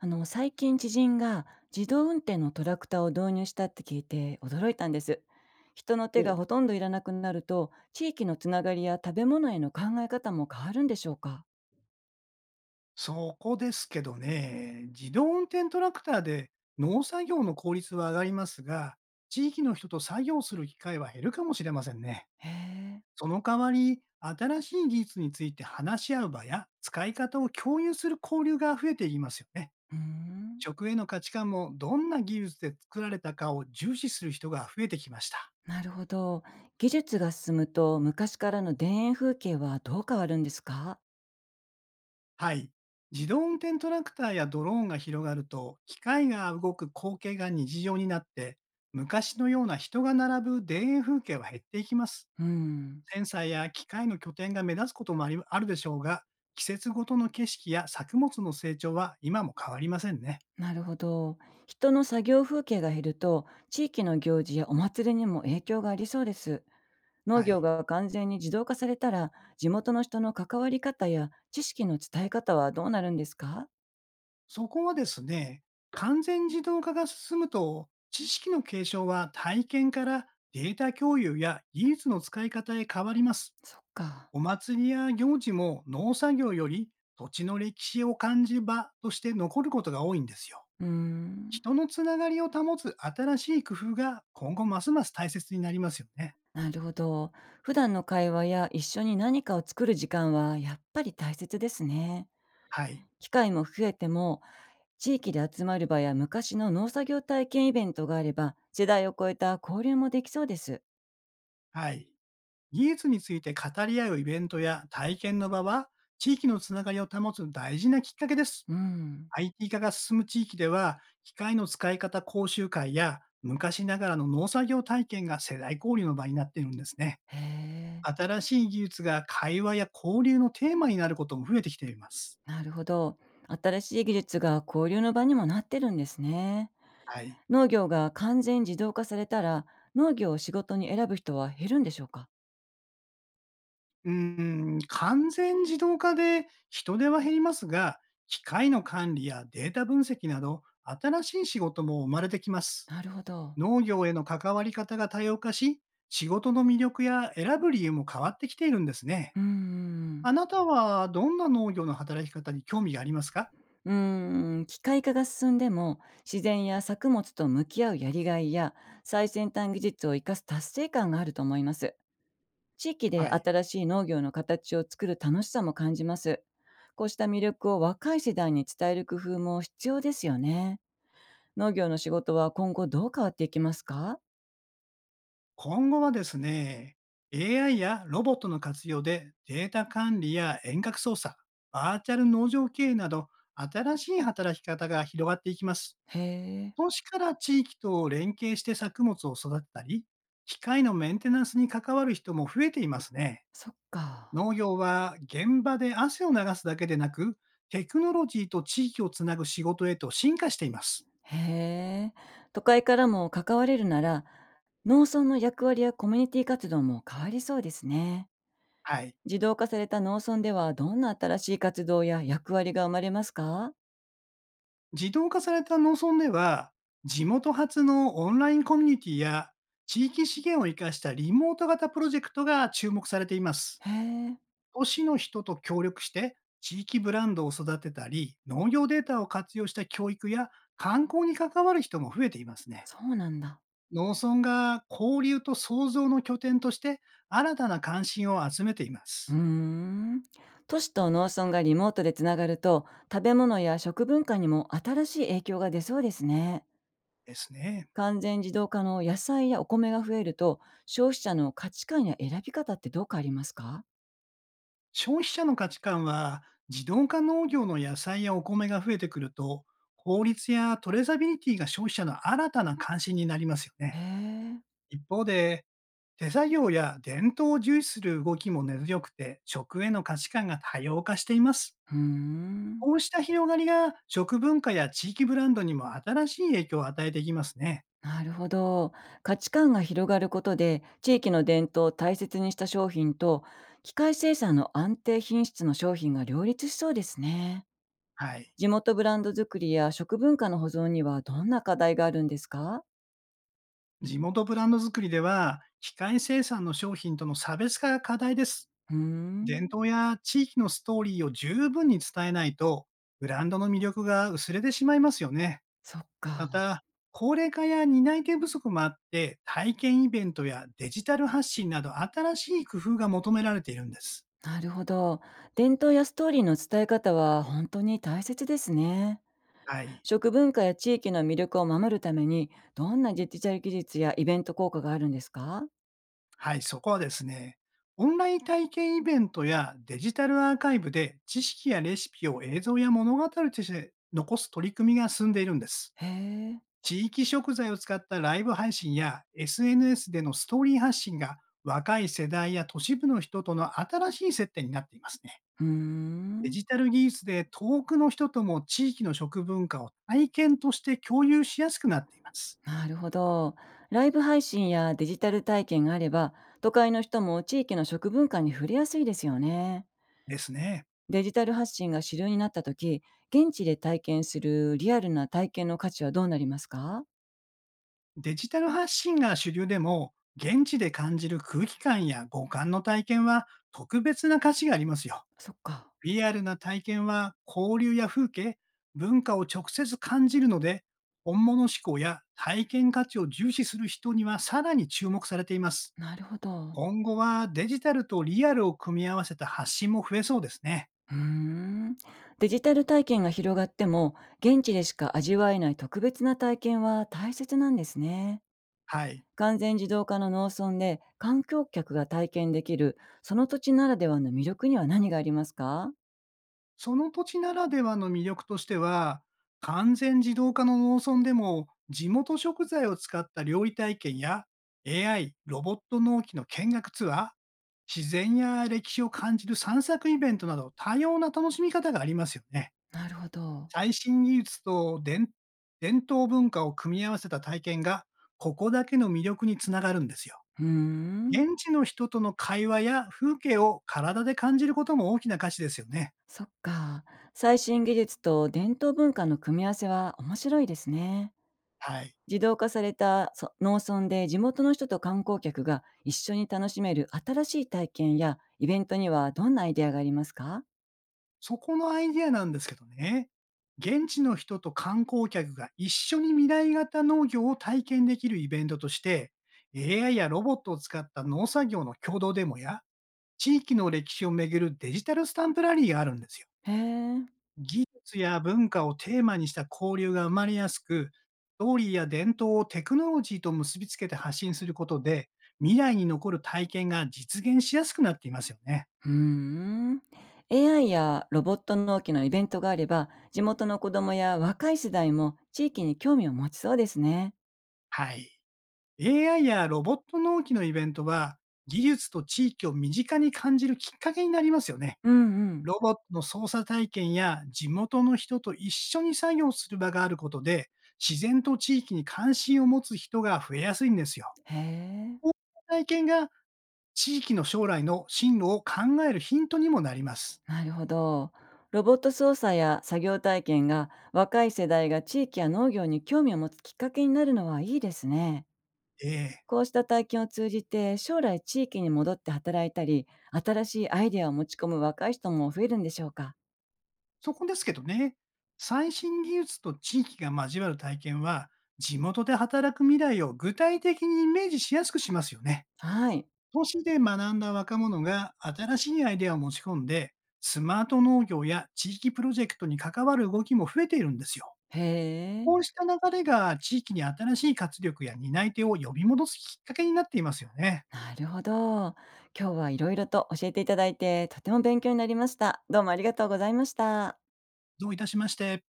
最近知人が自動運転のトラクターを導入したって聞いて驚いたんです。人の手がお、ほとんどいらなくなると、地域のつながりや食べ物への考え方も変わるんでしょうか？そこですけどね、自動運転トラクターで農作業の効率は上がりますが、地域の人と作業する機会は減るかもしれませんね。へえ。その代わり、新しい技術について話し合う場や、使い方を共有する交流が増えていきますよね。うーん。食への価値観もどんな技術で作られたかを重視する人が増えてきました。なるほど。技術が進むと、昔からの田園風景はどう変わるんですか？はい。自動運転トラクターやドローンが広がると、機械が動く光景が日常になって、昔のような人が並ぶ田園風景は減っていきます。うん。センサーや機械の拠点が目立つこともあるでしょうが、季節ごとの景色や作物の成長は今も変わりませんね。なるほど。人の作業風景が減ると、地域の行事やお祭りにも影響がありそうです。農は業い。が完全に自動化されたら、地元の人の関わり方や知識の伝え方はどうなるんですか？そこはですね、完全自動化が進むと、知識の継承は体験からデータ共有や技術の使い方へ変わります。そっか。お祭りや行事も農作業より土地の歴史を感じる場として残ることが多いんですよ。うーん。人のつながりを保つ新しい工夫が今後ますます大切になりますよね。なるほど。普段の会話や一緒に何かを作る時間はやっぱり大切ですね。はい。機会も増えても、地域で集まる場や昔の農作業体験イベントがあれば、世代を超えた交流もできそうです。はい。技術について語り合うイベントや体験の場は、地域のつながりを保つ大事なきっかけです。うん。IT 化が進む地域では、機械の使い方講習会や昔ながらの農作業体験が世代交流の場になっているんですね。へえ。新しい技術が会話や交流のテーマになることも増えてきています。なるほど。新しい技術が交流の場にもなってるんですね。はい。農業が完全自動化されたら、農業を仕事に選ぶ人は減るんでしょうか？うーん、完全自動化で人手は減りますが、機械の管理やデータ分析など、新しい仕事も生まれてきます。なるほど。農業への関わり方が多様化し、仕事の魅力や選ぶ理由も変わってきているんですね。うーん。あなたはどんな農業の働き方に興味がありますか？機械化が進んでも、自然や作物と向き合うやりがいや、最先端技術を生かす達成感があると思います。地域ではい。新しい農業の形を作る楽しさも感じます。こうした魅力を若い世代に伝える工夫も必要ですよね。農業の仕事は今後どう変わっていきますか？今後はですね、AI やロボットの活用でデータ管理や遠隔操作、バーチャル農場経営など新しい働き方が広がっていきます。へえ。都市から地域と連携して作物を育てたり、機械のメンテナンスに関わる人も増えていますね。そっか。農業は現場で汗を流すだけでなく、テクノロジーと地域をつなぐ仕事へと進化しています。へえ。都会からも関われるなら、農村の役割やコミュニティ活動も変わりそうですね。はい。自動化された農村ではどんな新しい活動や役割が生まれますか？自動化された農村では、地元発のオンラインコミュニティや地域資源を生かしたリモート型プロジェクトが注目されています。へえ、都市の人と協力して、地域ブランドを育てたり、農業データを活用した教育や観光に関わる人も増えていますね。そうなんだ。農村が交流と創造の拠点として、新たな関心を集めていまうーす。ん。都市と農村がリモートでつながると、食べ物や食文化にも新しい影響が出そうですね。ですね。完全自動化の野菜やお米が増えると、消費者の価値観や選び方ってどう変わりますか？消費者の価値観は、自動化農業の野菜やお米が増えてくると、法律やトレーサビリティが消費者の新たな関心になりますよへね。え。一方で、手作業や伝統を重視する動きも根強くて、食への価値観が多様化しています。うーん。こうした広がりが食文化や地域ブランドにも新しい影響を与えていきますね。なるほど。価値観が広がることで、地域の伝統を大切にした商品と、機械生産の安定品質の商品が両立しそうですね。はい。地元ブランド作りや食文化の保存にはどんな課題があるんですか？地元ブランド作りでは、機械生産の商品との差別化が課題です。うー伝ん。統や地域のストーリーを十分に伝えないと、ブランドの魅力が薄れてしまいますよね。そっか。また、高齢化や担い手不足もあって、体験イベントやデジタル発信など新しい工夫が求められているんです。なるほど。伝統やストーリーの伝え方は本当に大切ですね。はい。食文化や地域の魅力を守るために、どんなデジタル技術やイベント効果があるんですか？はい、そこはですね、オンライン体験イベントやデジタルアーカイブで知識やレシピを映像や物語として残す取り組みが進んでいるんです。へえ。地域食材を使ったライブ配信や SNS でのストーリー発信が若い世代や都市部の人との新しい接点になっていますね。うーデん。ジタル技術で遠くの人とも地域の食文化を体験として共有しやすくなっています。なるほど。ライブ配信やデジタル体験があれば、都会の人も地域の食文化に触れやすいですよね。ですね。デジタル発信が主流になった時、現地で体験するリアルな体験の価値はどうなりますか？デジタル発信が主流でも、現地で感じる空気感や五感の体験は特別な価値がありますよ。そっか。リアルな体験は交流や風景、文化を直接感じるので、本物志向や体験価値を重視する人にはさらに注目されています。なるほど。今後はデジタルとリアルを組み合わせた発信も増えそうですね。うーん。デジタル体験が広がっても、現地でしか味わえない特別な体験は大切なんですね。はい。完全自動化の農村で観光客が体験できる、その土地ならではの魅力には何がありますか？その土地ならではの魅力としては、完全自動化の農村でも地元食材を使った料理体験や AI、ロボット農機の見学ツアー、自然や歴史を感じる散策イベントなど多様な楽しみ方がありますよね。なるほど。最新技術と伝統文化を組み合わせた体験がここだけの魅力につながるんですよ。うーん。現地の人との会話や風景を体で感じることも大きな価値ですよね。そっか。最新技術と伝統文化の組み合わせは面白いですね。はい。自動化されたそ農村で地元の人と観光客が一緒に楽しめる新しい体験やイベントにはどんなアイデアがありますか？そこのアイデアなんですけどね、現地の人と観光客が一緒に未来型農業を体験できるイベントとして、AI やロボットを使った農作業の共同デモや、地域の歴史をめぐるデジタルスタンプラリーがあるんですよ。へえ。技術や文化をテーマにした交流が生まれやすく、ストーリーや伝統をテクノロジーと結びつけて発信することで、未来に残る体験が実現しやすくなっていますよね。うーん。AI やロボット農機のイベントがあれば、地元の子供や若い世代も地域に興味を持ちそうですね。はい。AI やロボット納期のイベントは、技術と地域を身近に感じるきっかけになりますよね。うん、うん。ロボットの操作体験や地元の人と一緒に作業する場があることで、自然と地域に関心を持つ人が増えやすいんですよ。へえ。体験が地域の将来の進路を考えるヒントにもなります。なるほど。ロボット操作や作業体験が若い世代が地域や農業に興味を持つきっかけになるのはいいですね。ええ、こうした体験を通じて、将来地域に戻って働いたり、新しいアイデアを持ち込む若い人も増えるんでしょうか？そこですけどね、最新技術と地域が交わる体験は、地元で働く未来を具体的にイメージしやすくしますよね。はい。都市で学んだ若者が新しいアイデアを持ち込んで、スマート農業や地域プロジェクトに関わる動きも増えているんですよ。へえ。こうした流れが地域に新しい活力や担い手を呼び戻すきっかけになっていますよね。なるほど。今日はいろいろと教えていただいて、とても勉強になりました。どうもありがとうございました。どういたしまして。